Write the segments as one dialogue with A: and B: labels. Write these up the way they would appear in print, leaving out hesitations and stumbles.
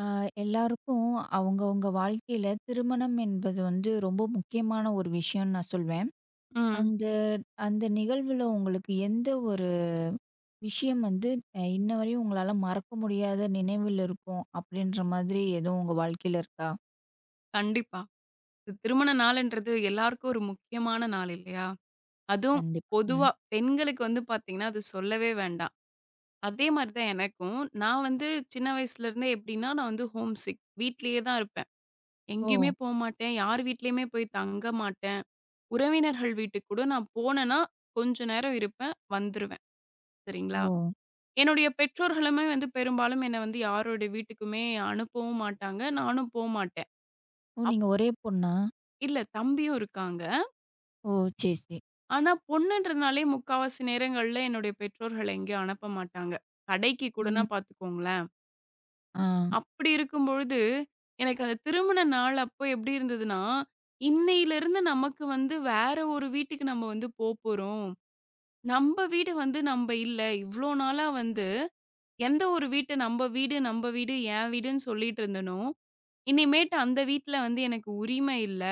A: ஆ, எல்லாருக்கும் அவங்கவங்க வாழ்க்கையில திருமணம் என்பது வந்து ரொம்ப முக்கியமான ஒரு விஷயம்னு நான் சொல்வேன்.
B: ம்.
A: அந்த அந்த நிகழ்வுல உங்களுக்கு எந்த ஒரு விஷயம் வந்து அ இன்ன வரையும் உங்களால மறக்க முடியாத நினைவில் இருக்கும் அப்படின்ற மாதிரி எதுவும் உங்க வாழ்க்கையில இருக்கா?
B: கண்டிப்பா. இது திருமண நாளுன்றது எல்லாருக்கும் ஒரு முக்கியமான நாள் இல்லையா? அதுவும்
A: கண்டிப்பா. ம்.
B: பொதுவா பெண்களுக்கு வந்து பார்த்தீங்கன்னா, அது சொல்லவே வேண்டாம். அதே மாரி தான் எனக்கும். நான் வந்து சின்ன வயசுலருந்தே எப்படின்னா, நான் வந்து ஹோம் சிக். வீட்லயே தான் இருப்பேன்.
A: ஓ!
B: எங்கேயுமே போமாட்டேன். யார் வீட்லயுமே போய் தங்க மாட்டேன். உறவினர்கள் வீட்டுக்கு கூட நான் போனேன்னா, கொஞ்ச நேரம் இருப்பேன், வந்துருவேன். சரிங்களா?
A: ஓ!
B: என்னுடைய பெற்றோர்களுமே வந்து பெரும்பாலும் என்ன வந்து யாரோட வீட்டுக்குமே அனுப்பவும் மாட்டாங்க. நானும் போமாட்டேன்.
A: ஓ!
B: அப்
A: நீங்க ஒரே பொண்ணா?
B: இல்ல தம்பியும் இருக்காங்க.
A: ஓ! சரி, சரி.
B: ஆனா, பொண்ணுன்றதுனாலே முக்காவாசி நேரங்கள்ல என்னுடைய பெற்றோர்கள் எங்கேயும் அனுப்ப மாட்டாங்க. கடைக்கு
A: ம்.
B: கூடனா பார்த்துக்கோங்களேன்.
A: ஆ.
B: அப்படி இருக்கும்பொழுது, எனக்கு அந்த திருமண நாள் அப்போ எப்படி இருந்ததுன்னா, இன்னையிலிருந்து நமக்கு வந்து வேற ஒரு வீட்டுக்கு நம்ம வந்து போப்போறோம். நம்ப வீடு வந்து நம்ப இல்ல. இவ்ளோ நாளா வந்து எந்த ஒரு வீட்ட நம்ப வீடு, நம்ப வீடு, என் வீடுன்னு சொல்லிட்டு இருந்தனோ, இனிமேட்டு அந்த வீட்ல வந்து எனக்கு உரிமை இல்ல.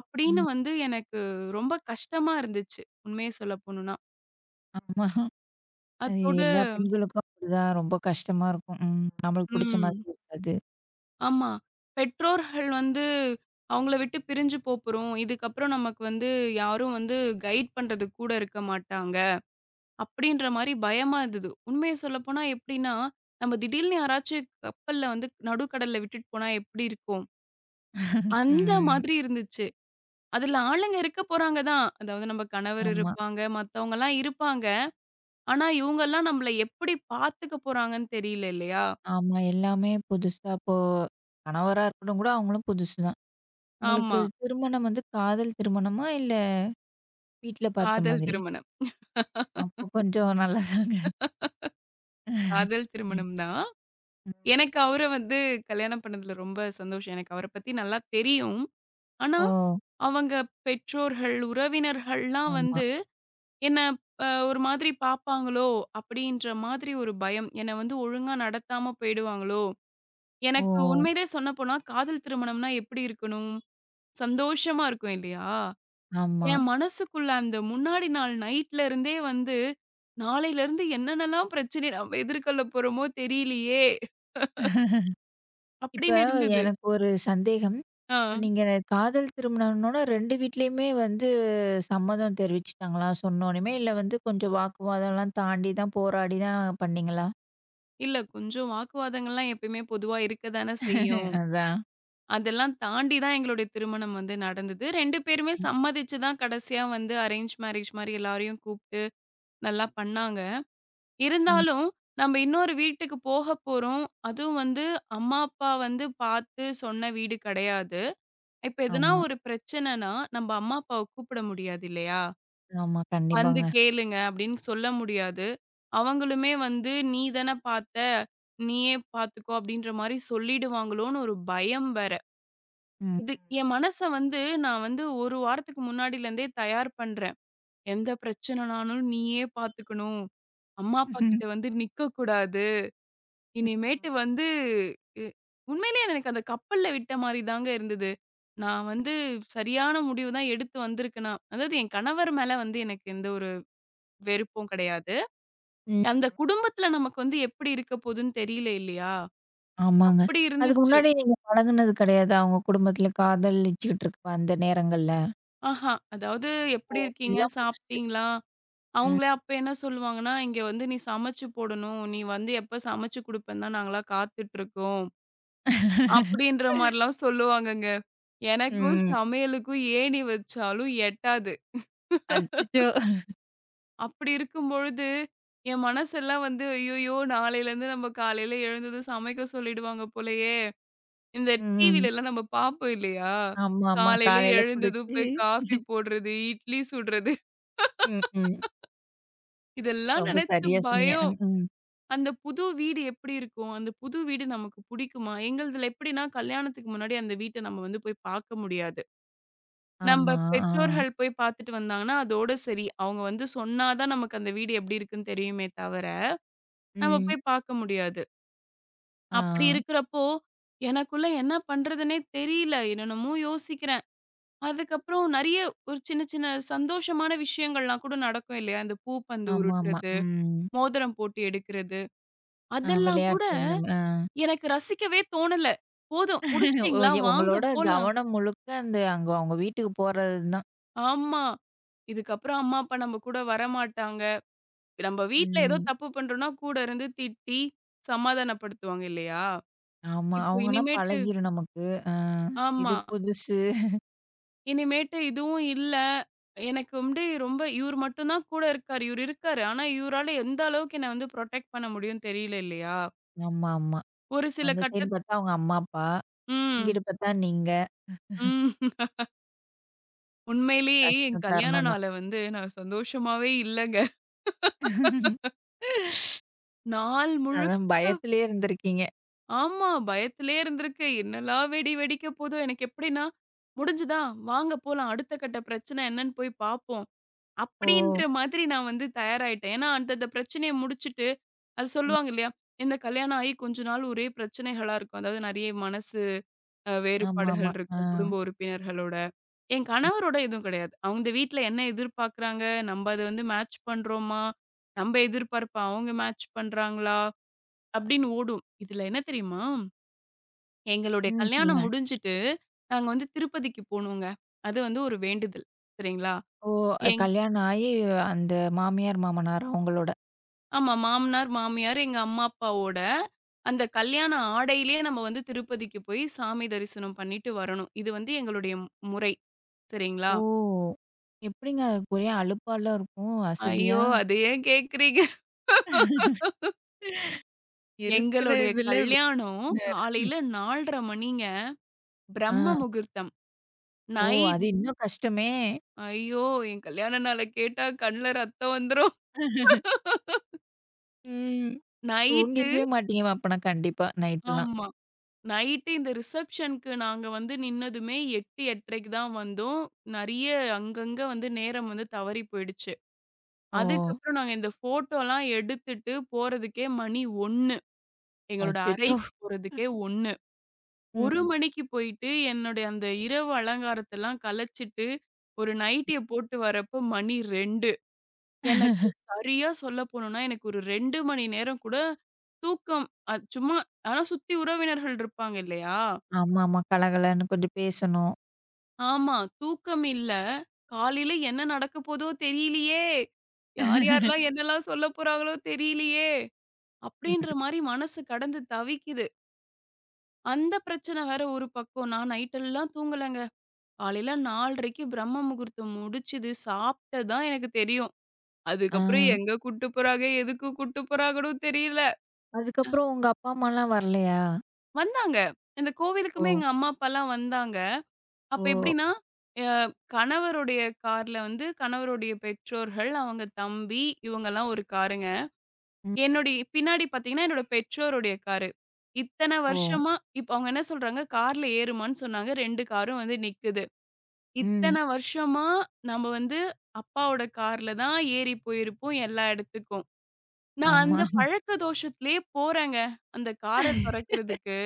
B: அப்படின்னு
A: ம்.
B: வந்து எனக்கு ரொம்ப கஷ்டமா இருந்துச்சு. உண்மைய சொல்ல போணும்னா.
A: ஆமா. அது
B: அத்தோட
A: எல்லா பெண்களுக்கும் அப்படிதான் ரொம்ப கஷ்டமா இருக்கும். ம். நம்மளுக்கு புடிச்ச மாதிரி
B: ம்.
A: இருக்காது.
B: ஆமா. பெற்றோர்கள் வந்து அவங்கள விட்டு பிரிஞ்சு போப்போறோம். இதுக்கப்புறம் நமக்கு வந்து யாரும் வந்து கைட் பண்றதுக்கு கூட இருக்க மாட்டாங்க. அப்படின்ற மாரி பயமா இருந்தது. உண்மைய சொல்லப்போனா எப்படின்னா, நம்ம திடீர்னு யாராச்சும் கப்பல்ல வந்து நடுக்கடல்ல விட்டுட்டு போனா எப்படி இருக்கும்? அந்த
A: ம்.
B: மாதிரி இருந்துச்சு. அதுல ஆளுங்க இருக்க போறாங்க தான். அதாவது நம்ம கணவர்
A: ஆமா.
B: இருப்பாங்க, மத்தவங்கலாம் இருப்பாங்க. ஆனா இவங்கலாம் நம்மள எப்படி பார்த்துக்க போறாங்கன்னு தெரியல இல்லையா?
A: ஆமா. எல்லாமே புதுசா இப்போ கணவரா இருக்கட்டும் கூட அவங்களும் புதுசு தான். உங்களுக்கு
B: ஆமா.
A: திருமணம் வந்து காதல் திருமணமா? இல்ல வீட்ல பார்த்த
B: காதல்
A: மாதிரி?
B: திருமணம்.
A: அப்போ கொஞ்சம் நல்லா
B: காதல்
A: ம்.
B: திருமணம் தான்.
A: ம்.
B: எனக்கு அவர வந்து கல்யாணம் பண்ணதுல ரொம்ப சந்தோஷம். எனக்கு அவர பத்தி நல்லா தெரியும். ஆனா,
A: ஓ!
B: அவங்க பெற்றோர்கள், உறவினர்கள்லாம்
A: ஆமா.
B: வந்து என்ன ஒரு மாதிரி பார்ப்பாங்களோ! அப்பிடின்ற மாதிரி ஒரு பயம். என்ன வந்து ஒழுங்கா நடத்தாம போயிடுவாங்களோ!
A: ஓ!
B: எனக்கு உண்மையிலே சொல்லப்போனா, காதல் திருமணம்னா எப்பிடி இருக்கணும்? சந்தோஷமா இருக்கும் இல்லயா!
A: ஆமா.
B: என் மனசுக்குள்ள அந்த முன்னாடி நாள் நைட்ல இருந்தே வந்து, நாளையிலருந்து என்னென்னலாம் பிரச்சனை நம்ம எதிர்கொள்ள போறோமோ! தெரியலையே!
A: இப்ப
B: அப்பிடின்னு இருந்தது.
A: எனக்கு ஒரு சந்தேகம். இப்ப
B: ஆ.
A: நீங்க காதல் திருமணம்னோன 2 வீட்லயுமே வந்து சம்மதம் தெரிவிச்சுட்டாங்களா? சொன்னோனயுமே இல்ல வந்து கொஞ்சம் வாக்குவாதம்லாம் தாண்டி தான் போராடி தான் பண்ணீங்களா?
B: இல்ல. கொஞ்சம் வாக்குவாதங்கள்லாம் எப்பயுமே பொதுவா இருக்க தானே செய்யும்.
A: அதான்.
B: அதெல்லாம் தாண்டி தான் எங்களுடைய திருமணம் வந்து நடந்தது. 2 பேருமே
A: ம்.
B: சம்மதிச்சு தான் கடைசியா வந்து அரேஞ்ச் மேரேஜ் மாரி எல்லாரையும் கூப்ட்டு நல்லா பண்ணாங்க.
A: ம்.
B: இருந்தாலும் நம்ம இன்னொரு வீட்டுக்கு போக போறோம். அதுவும் வந்து அம்மா, அப்பா வந்து பாத்து சொன்ன வீடு கெடையாது. இப்ப எதுனா
A: ஆமா.
B: ஒரு பிரச்சனைனா, நம்ம அம்மா, அப்பாவ கூப்பிட முடியாது இல்லையா?
A: ஆமா.
B: வந்து
A: கண்டிப்பாங்க.
B: கேளுங்க அப்படின்னு சொல்ல முடியாது. அவங்களுமே வந்து, "நீ தானே பாத்த, நீயே பாத்துக்கோ" அப்படின்ற மாரி சொல்லிடுவாங்களோன்னு ஒரு பயம் வேற. இது என் மனச வந்து நான் வந்து 1 வாரத்துக்கு முன்னாடிலருந்தே தயார் பண்றேன். எந்த பிரச்சனைனாலும் நீயே பாத்துக்கணும். அம்மா, அப்பா
A: ம்.
B: கிட்ட வந்து நிக்கக்கூடாது.
A: ம்.
B: இனிமேட்டு வந்து இ உண்மையிலேயே எனக்கு அந்த கப்பல்ல விட்ட மாரி தாங்க இருந்தது. நான் வந்து சரியான முடிவு தான் எடுத்து வந்திருக்கேனா அதாவது என் கணவர் மேல வந்து எனக்கு எந்த ஒரு வெறுப்பும் கிடையாது. அந்த குடும்பத்துல நமக்கு வந்து எப்படி இருக்க போதுன்னு தெரியல இல்லையா?
A: ஆமாங்க.
B: அப்படி
A: அதுக்கு
B: இருந்துச்சு.
A: முன்னாடி நீங்க பழகுனது கிடையாதா? உங்க குடும்பத்துல காதலிச்சுக்கிட்டு இருக்க அந்த நேரங்கள்ல?
B: ஆஹா! அதாவது
A: ஓ!
B: எப்படி இருக்கீங்க?
A: இதுதான் புதுசு.
B: சாப்பிட்டீங்களா?
A: ம்.
B: அவங்களே அப்ப என்ன சொல்லுவாங்கன்னா, "இங்க வந்து நீ சமைச்சு போடணும். நீ வந்து எப்ப சமைச்சு குடுப்பேன்னு தான் நாங்கலாம் காத்துட்டு இருக்கோம்." அப்படின்ற மாரிலாம் சொல்லுவாங்கங்க. எனக்கும்
A: ம்.
B: சமையலுக்கும் ஏணி வச்சாலும் எட்டாது.
A: அச்சச்சோ!
B: அப்படி இருக்கும்பொழுது, என் மனசெல்லாம் வந்து, "ஐயய்யோ! நாளையிலருந்து நம்ம காலையில எழுந்ததும் சமைக்க சொல்லிடுவாங்க போலயே!" இந்த
A: ம்.
B: டிவிலலாம் நம்ம பார்ப்போம் இல்லையா?
A: ஆமா, ஆமா.
B: காலையில
A: காலையில
B: எழுந்ததும்
A: குடிச்சு
B: போய் காஃபி போடுறது, இட்லி சுடுறது
A: ம், ம்.
B: இதெல்லாம்
A: ரொம்ப
B: நினைச்சு
A: சரியா சொன்னீங்க.
B: பயம்.
A: ம், ம்.
B: அந்த புது வீடு எப்படி இருக்கும்? அந்த புது வீடு நமக்கு புடிக்குமா? எங்களுதுல எப்படின்னா, கல்யாணத்துக்கு முன்னாடி அந்த வீட்ட நம்ம வந்து போய் பார்க்க முடியாது. நம்ப
A: ஆமா. ஆ.
B: பெற்றோர்கள் போய் பார்த்துட்டு வந்தாங்கன்னா, அதோட சரி. அவங்க வந்து சொன்னா தான் நமக்கு அந்த வீடு எப்படி இருக்குன்னு தெரியுமே தவிர, நம்ம
A: ம்.
B: போய் பார்க்க முடியாது.
A: ஆ.
B: அப்படி இருக்கிறப்போ, எனக்குள்ள என்ன பண்றதுன்னே தெரியல. என்னென்னமோ யோசிக்கிறேன். அதுக்கப்புறம் நெறைய ஒரு சின்ன, சின்ன சந்தோஷமான விஷயங்கள்லாம் கூட நடக்கும் இல்லையா? இந்த பூப்பந்து
A: ஆமாமா.
B: உருட்டுறது,
A: ம்.
B: மோதிரம் போட்டு எடுக்கிறது,
A: ஆ
B: அதெல்லாம் கூட
A: விளையாட்டு இந்த ம ஆ.
B: எனக்கு ரசிக்கவே தோணல. போதும்
A: ஓ!
B: முடிச்சுட்டீங்களா?
A: எ
B: வாங்க
A: உங்களோட
B: போலாம்.
A: கவனம் முழுக்க அந்த அங்க அவங்க வீட்டுக்கு போறது தான்.
B: ஆமா. இதுக்கப்புறம் அம்மா, அப்பா நம்ம கூட வரமாட்டாங்க. நம்ம வீட்ல ஏதோ
A: ம்.
B: தப்பு பண்றோம்னா கூட இருந்து திட்டி சமாதானப்படுத்துவாங்க இல்லையா?
A: ஆமா.
B: இப்போ
A: அவங்கன்னா
B: இனிமேட்டு
A: பழகிரும் நமக்கு. அ இது
B: ஆமா.
A: புதுசு.
B: இனிமேட்டு இதுவும் இல்ல. எனக்கு வந்து ரொம்ப இவரு மட்டும் தான் கூட இருக்காரு. இவரு இருக்காரு. ஆனா, இவரால எந்த அளவுக்கு என்ன வந்து புரொடெக்ட் பண்ண முடியும்னு தெரியல இல்லையா?
A: ஆமா, ஆமா.
B: ஒரு சில
A: அந்த சைடு
B: கட்டத்
A: பார்த்தா அவங்க அம்மா, அப்பா.
B: ம்.
A: இங்கிட்டு பார்த்தா நீங்க.
B: ம். உண்மையிலேயே என்
A: கஷ்டம்
B: கல்யாண
A: தருணம் தான்.
B: நாள வந்து நான் சந்தோஷமாவே இல்லங்க. நாள் முழு
A: அதான் பயத்திலேயே இருந்திருக்கீங்க.
B: ஆமா. பயத்திலேயே இருந்திருக்கு. என்னலாம் வெடி வெடிக்க போதோ! எனக்கு எப்படின்னா, "முடிஞ்சுதா? வாங்க போலாம். அடுத்த கட்ட பிரச்சனை என்னன்னு போய் பார்ப்போம்."
A: ஓ!
B: அப்படின்ற மாதிரி நான் வந்து தயாராயிட்டேன். ஏன்னா, அந்தந்த பிரச்சனைய முடிச்சுட்டு அது
A: ம்.
B: சொல்லுவாங்க இல்லையா? இந்த கல்யாணம் ஆகி கொஞ்ச நாள் ஒரே பிரச்சனைகளா இருக்கும். அதாவது நெறைய மனசு வேறுபாடுகள்
A: ஆமாமா. ஆ.
B: இருக்கும் குடும்ப உறுப்பினர்களோட. என்
A: ம்.
B: கணவரோட எதுவும் கிடையாது. அவங்க வீட்ல என்ன எதிர்பார்க்குறாங்க? நம்ம அத வந்து மேட்ச் பண்றோமா? நம்ம எதிர்பார்ப்ப அவங்க மேட்ச் பண்றாங்களா? அப்படின்னு ஓடும். இதுல என்ன தெரியுமா? எங்களுடைய
A: ம்.
B: கல்யாணம்
A: சொல்லுங்க.
B: முடிஞ்சுட்டு, நாங்க வந்து திருப்பதிக்கு போனோங்க. அது வந்து ஒரு வேண்டுதல். சரிங்களா?
A: ஓ!
B: எங்
A: கல்யாணம் ஆயி அந்த மாமியார், மாமனார் அவங்களோட.
B: ஆமா. மாமனார், மாமியார், எங்க அம்மா, அப்பாவோட அந்த கல்யாண ஆடையிலேயே நம்ம வந்து திருப்பதிக்கு போய் சாமி தரிசனம் பண்ணிட்டு வரணும். இது வந்து எங்களுடைய முறை. சரிங்களா?
A: ஓ! எப்படிங்க அதுக்கு ஒரே அலுப்பாலாம் இருக்கும்? அசதியா?
B: ஐயோ! அத ஏன் கேட்கிறீங்க? எங்களுடைய
A: இருக்கிறதுல
B: கல்யாணம்
A: வேற.
B: காலையில 4:30 மணிங்க. பிரம்ம
A: ஆ.
B: முகூர்த்தம்.
A: ஓ!
B: நைட்
A: அது இன்னும் கஷ்டமே!
B: ஐயோ! என் கல்யாண நாள கேட்டா கண்ல ரத்தம் வந்துரும்.
A: ம்.
B: நைட்டு
A: தூங்கிருக்கவே மாட்டீங்க அப்பனா கண்டிப்பா நைட்லாம்.
B: ஆமா. நைட்டு இந்த ரிசப்ஷனுக்கு நாங்க வந்து நின்னதுமே 8, 8:30க்கு தான் வந்தோம். நெறைய அங்கங்க வந்து நேரம் வந்து தவறி போயிடுச்சு.
A: ஓ!
B: அதுக்கப்புறம் நாங்க இந்த ஃபோட்டோலாம் எடுத்துட்டு போறதுக்கே மணி 1. எங்களோட
A: அச்சச்சோ!
B: அறைக்கு போறதுக்கே 1.
A: ம்.
B: 1 மணிக்கு போயிட்டு என்னுடைய அந்த இரவு அலங்காரத்தெல்லாம் கலைச்சிட்டு, ஒரு நைட்டிய போட்டு வரப்போ மணி 2. எனக்கு சரியா சொல்ல போணும்னா, எனக்கு ஒரு 2 மணி நேரம் கூட தூக்கம் அது சும்மா ஆனா சுத்தி உறவினர்கள் இருப்பாங்க இல்லையா?
A: ஆமாமா. கலகலன்னு கொஞ்சம் பேசணும்.
B: ஆமா. தூக்கம் இல்ல. காலையில என்ன நடக்க போதோ தெரியலையே! யார் யாரெல்லாம் என்னெல்லாம் சொல்ல போறாங்களோ தெரியலையே!
A: ம்.
B: அப்படின்ற
A: ம்.
B: மாரி மனசு கடந்து தவிக்குது. அந்த பிரச்சனை வேற ஒரு பக்கம். நான் நைட்டெல்லாம் தூங்கலங்க. காலையில 4:30க்கு பிரம்ம முகூர்த்தம் முடிச்சது. சாப்பிட்டது தான் எனக்கு தெரியும்.
A: ஆ.
B: அதுக்கப்புறம் எங்க கூட்டு போறாங்க, எதுக்கு கூட்டு போறாங்கன்னும் தெரியல.
A: அதுக்கப்புறம் உங்க அப்பா, அம்மாலாம் வரலையா?
B: வந்தாங்க. இந்த கோவிலுக்குமே
A: ஓ!
B: எங்க அம்மா, அப்பாலாம் வந்தாங்க.
A: ஓ!
B: அப்ப எப்படின்னா, அ கணவருடைய கார்ல வந்து கணவருடைய பெற்றோர்கள், அவங்க தம்பி இவங்கலாம் ஒரு காருங்க.
A: ம்.
B: என்னுடைய பின்னாடி பார்த்தீங்கன்னா, என்னோட பெற்றோருடைய காரு. இத்தன
A: ஓ!
B: வருஷமா இப்ப அவங்க என்ன சொல்றாங்க, "கார்ல ஏறுமான்னு" சொன்னாங்க. 2 காரும் வந்து நிக்குது.
A: ம்.
B: இத்தன வருஷமா நம்ம வந்து அப்பாவோட கார்ல தான் ஏறி போயிருப்போம் எல்லா இடத்துக்கும். நான்
A: ஆமா.
B: அந்த பழக்க தோஷத்திலேயே போறேங்க, அந்த கார தொறக்கிறதுக்கு.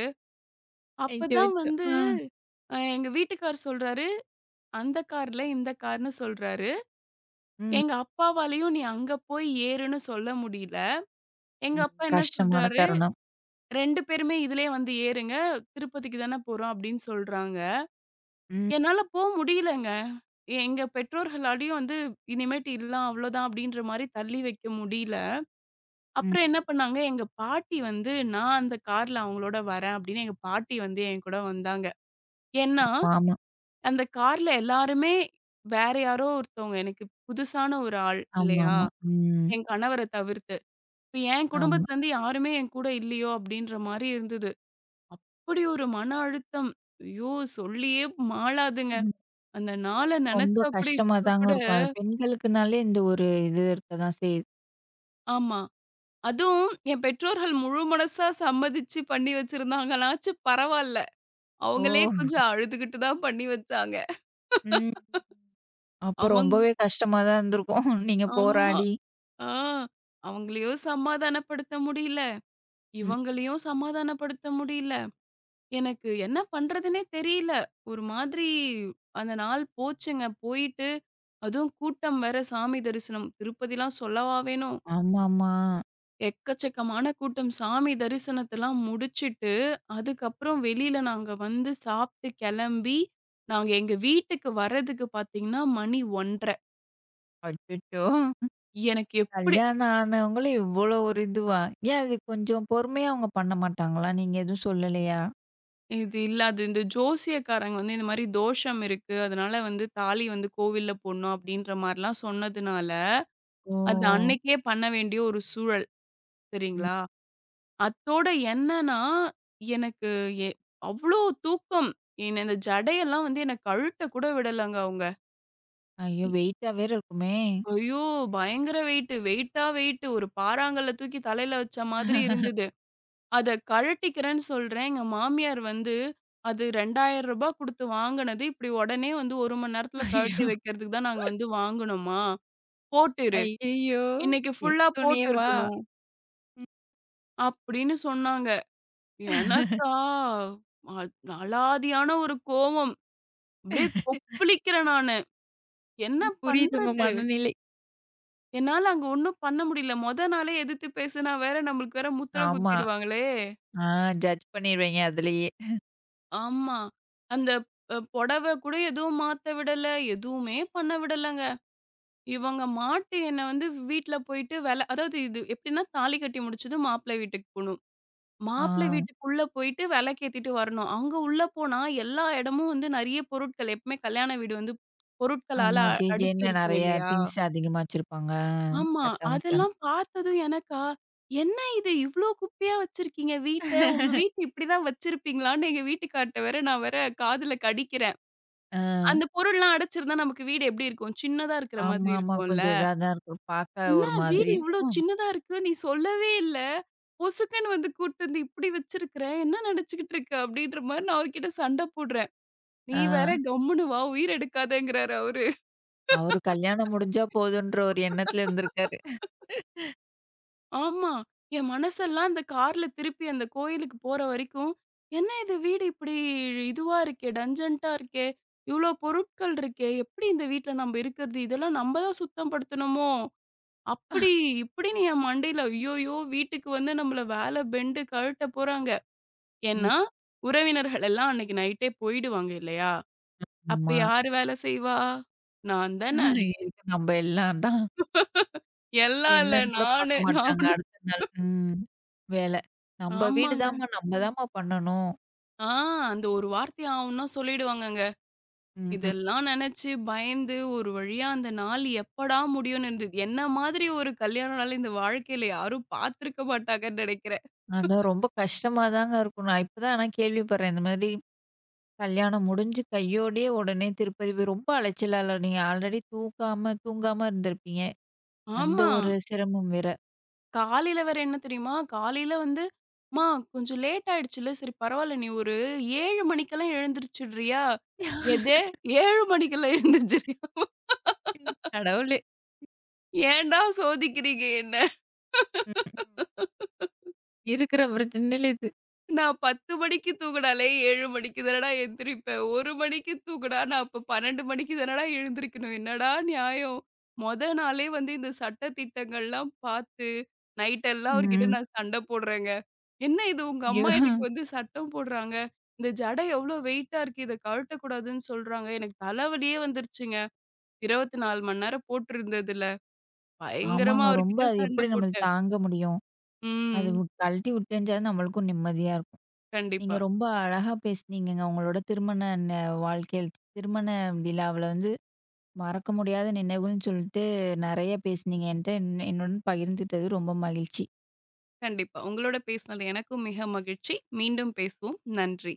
B: அப்பதான்
A: அச்சச்சோ!
B: வந்து
A: ஆ.
B: எங்க வீட்டுக்கார் சொல்றாரு, "அந்த கார்ல இந்த கார்ன்னு" சொல்றாரு.
A: ம்.
B: எங்க அப்பாவாலயும் "நீ அங்க போய் ஏறுன்னு" சொல்ல முடியல. எங்க
A: ம்.
B: அப்பா என்ன
A: கஷ்டமான
B: சொல்றாரு
A: தருணம்.
B: 2 பேருமே இதுலயே வந்து ஏறுங்க. திருப்பதிக்கு தானே போறோம் அப்படின்னு சொல்றாங்க.
A: ம்.
B: என்னால போ முடியலங்க. எங்க பெற்றோர்களாலயும் வந்து இனிமேட்டு இல்லலாம் அவ்வளோதான் அப்படின்ற மாரி தள்ளி வைக்க முடியல. அப்புறம்
A: ம்.
B: என்ன பண்ணாங்க, எங்க பாட்டி வந்து நான் அந்த கார்ல அவங்களோட வரேன் அப்படின்னு எங்க பாட்டி வந்து என் கூட வந்தாங்க. ஏன்னா,
A: ஆமா.
B: அந்த கார்ல எல்லாருமே வேற யாரோ ஒருத்தவங்க. எனக்கு புதுசான ஒரு ஆள் இல்லையா?
A: ஆமாமா. ம்.
B: என் கணவர தவிர்த்து. இப்ப என்
A: ஆமா.
B: குடும்பத்திலருந்து யாருமே என் கூட இல்லையோ அப்படின்ற மாரி இருந்தது. அப்படி ஒரு மன அழுத்தம். ஐயோ! சொல்லியே மாளாதுங்க.
A: ம்.
B: அந்த நாள
A: ரொம்ப
B: நெனச்சா கூட
A: கஷ்டமா
B: இப்ப
A: தாங்க
B: கூட
A: இருக்கும். அது பெண்களுக்குனாலே இந்த ஒரு இது இருக்க தான் செய்யுது.
B: ஆமா. அதுவும் என் பெற்றோர்கள் முழு மனசா சம்மதிச்சு பண்ணி வச்சிருந்தாங்கனாச்சும் பரவால்ல.
A: ஓ!
B: அவங்களே கொஞ்சம் அழுதுகிட்டு தான் பண்ணி வச்சாங்க.
A: ம். அப்ப
B: அவங்
A: ரொம்பவே கஷ்டமா தான் இருந்திருக்கும். நீங்க
B: ஆமா.
A: போராடி.
B: ஆ. அவங்களையும் சமாதானப்படுத்த முடியல.
A: ம்.
B: இவங்களையும் சமாதானப்படுத்த முடியல. எனக்கு என்ன பண்றதுன்னே தெரியல. ஒரு மாதிரி அந்த நாள் போச்சுங்க. போயிட்டு, அதுவும் கூட்டம் வேற சாமி தரிசனம். திருப்பதிலாம் சொல்லவா வேணும்?
A: ஆமாமா.
B: எக்கச்சக்கமான கூட்டம். சாமி தரிசனத்தலாம் முடிச்சுட்டு, அதுக்கப்புறம் வெளியில நாங்க வந்து சாப்ட்டு கெளம்பி, நாங்க எங்க வீட்டுக்கு வர்றதுக்கு பாத்தீங்கன்னா, மணி 1:30.
A: அச்சச்சோ!
B: எனக்கு எப்படி
A: கல்யாணம் ஆனவங்களே இவ்வளோ ஒரு இதுவா? ஏன் அது கொஞ்சம் பொறுமையா அவங்க பண்ண மாட்டாங்களா? நீங்க எதுவும் சொல்லலையா?
B: இது இல்லாது இந்த ஜோசியக்காரங்க வந்து இந்த மாரி தோஷம் இருக்கு. அதனால வந்து தாலி வந்து கோவில்ல போடணும் அப்படின்ற மாரிலாம் சொன்னதுனால, அது
A: ஓ!
B: அன்னைக்கே பண்ண வேண்டிய ஒரு சூழல்.
A: ம்.
B: சரிங்களா? அத்தோட என்னன்னா, எனக்கு எ அவ்ளோ தூக்கம். என்ன இந்த ஜடையெல்லாம் வந்து என்ன கழட்ட கூட விடலங்க அவங்க.
A: ஐயோ!
B: இ-
A: வெயிட்டா வேற இருக்குமே!
B: ஐயோ! பயங்கர வெயிட்டு. வெயிட்டா வெயிட்டு. ஒரு பாறாங்கல்ல தூக்கி தலையில வச்ச மாதிரி இருந்தது. அத கழட்டிக்கிறேன்னு சொல்றேன். எங்க மாமியார் வந்து, "அது ரூ. 2000 குடுத்து வாங்குனது. இப்படி உடனே வந்து 1 மணி நேரத்துல கழட்டி
A: ஐயோ!
B: வைக்கிறதுக்கு தான் நாங்க வந்து வாங்குனோமா. போட்டுரு.
A: ஐயய்யோ!
B: இன்னைக்கு ஃபுல்லா போட்டு
A: எடுத்தோனேவா?
B: இருக்கணும்."
A: ம்,
B: அப்படின்னு சொன்னாங்க. எனக்கா, அ அலாதியான ஒரு கோவம். அப்படியே கொப்பளிக்கிறேன் நானு. என்ன
A: ம். புரியுது உங்க
B: பண்றது?
A: மனநிலை.
B: என்னால அங்க ஒண்ணும் பண்ண முடியல. மொத நாளே எதிர்த்து பேசுனா வேற நம்மளுக்கு வேற முத்திர
A: ஆமா.
B: குத்திருவாங்களே.
A: ஆ ஜட்ஜ் பண்ணிருவீங்க அதிலேயே.
B: ஆமா. அந்த பொடவ கூட எதுவும் மாத்த விடல. எதுவுமே பண்ண விடலங்க. இவங்க மாட்டு என்ன வந்து வீட்ல போயிட்டு வேல அதாவது இது எப்படின்னா தாலி கட்டி முடிச்சதும் மாப்பிள்ளை வீட்டுக்கு போணும்.
A: ஆ.
B: மாப்பிளை வீட்டுக்குள்ள போயிட்டு விளக்கேத்திட்டு வரணும். அங்க உள்ள போனா எல்லா இடமும் வந்து நெறைய பொருட்கள் எப்பவுமே கல்யாண வீடு வந்து பொருட்களால
A: ஆமா. ஜே
B: அடுக்கி
A: ஜேன்னு
B: இருக்கும்
A: நெறைய
B: இல்லையா?
A: திங்ஸ் அதிகமா வச்சிருப்பாங்க.
B: ஆமா.
A: கச்சா முச்சான்னு.
B: அதெல்லாம் பார்த்ததும் எனக்கா, "என்ன இது இவ்ளோ குப்பையா வச்சிருக்கீங்க வீட்ட? உங்க வீட்ட இப்படிதான் வச்சிருப்பீங்களான்னு?" எங்க வீட்டுக்கார்ட்ட வேற நான் வேற காதுல கடிக்கிறேன்.
A: ஆ.
B: அந்த பொருள்லாம் அடைச்சிருந்தா நமக்கு வீடு எப்படி இருக்கும்? சின்னதா இருக்கிற மாதிரி
A: ஆமாமா.
B: இருக்கும்ல.
A: கொஞ்சம் இதா தான் இருக்கும். பார்க்க
B: என்ன
A: ஒரு
B: வீடு
A: மாதிரி
B: இவ்ளோ
A: இருக்கும்.
B: சின்னதா இருக்கு. நீ சொல்லவே இல்ல. பொசுக்குன்னு வந்து கூட்டிட்டு வந்து இப்படி வச்சிருக்கிற. என்ன நெனச்சுக்கிட்டு இருக்க? அப்படின்ற மாரி நான் அவர்கிட்ட சண்டை போடுறேன். நீ
A: ஆ.
B: வேற கம்முனு வா உயிர் எடுக்காதேங்கிறாரு அவரு.
A: அவரு கல்யாணம் முடிஞ்சா போதுன்ற ஒரு எண்ணத்துல இருந்திருக்காரு.
B: ஆமா. என் மனசெல்லாம் அந்த கார்ல திருப்பி அந்த கோயிலுக்கு போற வரைக்கும், என்ன இது வீடு இப்படி இதுவா இருக்கே, டஞ்சன்ட்டா இருக்கே, இவ்ளோ பொருட்கள் இருக்கே, எப்படி இந்த வீட்ல நம்ப இருக்கிறது? இதெல்லாம் நம்ப தான் சுத்தம் படுத்தணுமோ? அப்படி இப்படின்னு என் மண்டையில ஐய்யய்யோ! வீட்டுக்கு வந்து நம்மள வேல பெண்டு கழட்ட போறாங்க.
A: ம்.
B: ஏன்னா, உறவினர்கள் எல்லாம் அன்னைக்கு நைட்டே போயிடுவாங்க இல்லையா? அப்ப
A: ஆமா.
B: யாரு வேல செய்வா? நான் தான.
A: ம். இதுக்கு நம்ப எல்லாம் தான். இப்ப
B: எல்லாம் இல்ல
A: என்னன்னு கூட
B: நானு
A: பார்க்க மாட்டாங்க
B: நானு.
A: அடுத்த நாள். ம். வேலை. நம்ப வீடு
B: ஆமாங்க.
A: தாம்மா, நம்ப தாம்மா பண்ணணும்.
B: ஆ அந்த ஒரு வார்த்தை ஆவுன்னா சொல்லிடுவாங்கங்க.
A: ம், ம்.
B: இதெல்லாம் நெனச்சு பயந்து ஒரு வழியா அந்த நாள் எப்படா முடியும்னு இருந்தது. என்ன மாதிரி ஒரு கல்யாண நாள் இந்த வாழ்க்கையில யாரும் பார்த்திருக்க மாட்டாங்கன்னு நெனைக்கிறேன்.
A: அதான் ரொம்ப கஷ்டமா தாங்க இருக்கும். நான் இப்ப தான் ஆனா கேள்விப்படுறேன். இந்த மாதிரி கல்யாணம் முடிஞ்சு கையோடயே உடனே திருப்பதி போய் ரொம்ப அலைச்சலால நீங்க ஆல்ரெடி தூக்காம தூங்காம இருந்திருப்பீங்க. அந்த
B: ஆமா.
A: ஒரு சிரமம் வேற.
B: காலையில வேற என்ன தெரியுமா? காலையில வந்து, "அம்மா கொஞ்சம் லேட் ஆயிடுச்சுல்ல, சரி பரவால்ல நீ ஒரு 7 மணிக்கெல்லாம் எழுந்திரிச்சுடுறியா?" "எது 7 மணிக்கெல்லாம் எழுந்திரிச்சுடுறியாமா?
A: கடவுளே!
B: ஏன்டா சோதிக்கிறீங்க என்ன?"
A: ம். இருக்கிற பிரச்சனையில இது.
B: நான் 10 மணிக்கு தூங்குனாலே 7 மணிக்கு தானடா எந்திரிப்பேன். 1 மணிக்கு தூங்குனா, நான் அப்ப 12 மணிக்கு தானடா எழுந்திரிக்கணும். என்னடா நியாயம்? மொத நாளே வந்து இந்த சட்ட திட்டங்கள்லாம் பார்த்து, நைட் எல்லாம் அவர்கிட்ட
A: ம்.
B: நான் சண்டை போடுறேங்க. "என்ன இது உங்க
A: ஐயோ!
B: அம்மா எனக்கு வந்து சட்டம் போடுறாங்க. இந்த ஜடை எவ்ளோ வெயிட்டா இருக்கு. இத கழட்டக்கூடாதுன்னு சொல்றாங்க." எனக்கு தலைவலியே வந்துருச்சுங்க. 24 மணி நேரம் போட்டிருந்ததுல. பயங்கரமா
A: ஆமாங்க. ரொம்ப
B: அவர்கிட்ட
A: அது
B: சண்டை
A: எப்படி நம்ம
B: போட்டேன்.
A: தாங்க முடியும்? அது
B: ம்.
A: வு கழட்டி விட்டேஞ்சா நம்மளுக்கும் நிம்மதியா இருக்கும். நீங்க
B: கண்டிப்பா.
A: ரொம்ப அழகா பேசுனீங்கங்க. உங்களோட திருமண ந வாழ்க்கையில் திருமண விழாவுல வந்து மறக்க முடியாத நினைவுகள்ன்னு சொல்லிட்டு நெறைய பேசுனீங்க என்ட்ட. என்னுடன் பகிர்ந்துட்டது ரொம்ப மகிழ்ச்சி.
B: கண்டிப்பா. உங்களோட பேசினது எனக்கும் மிக மகிழ்ச்சி. மீண்டும் பேசுவோம். நன்றி.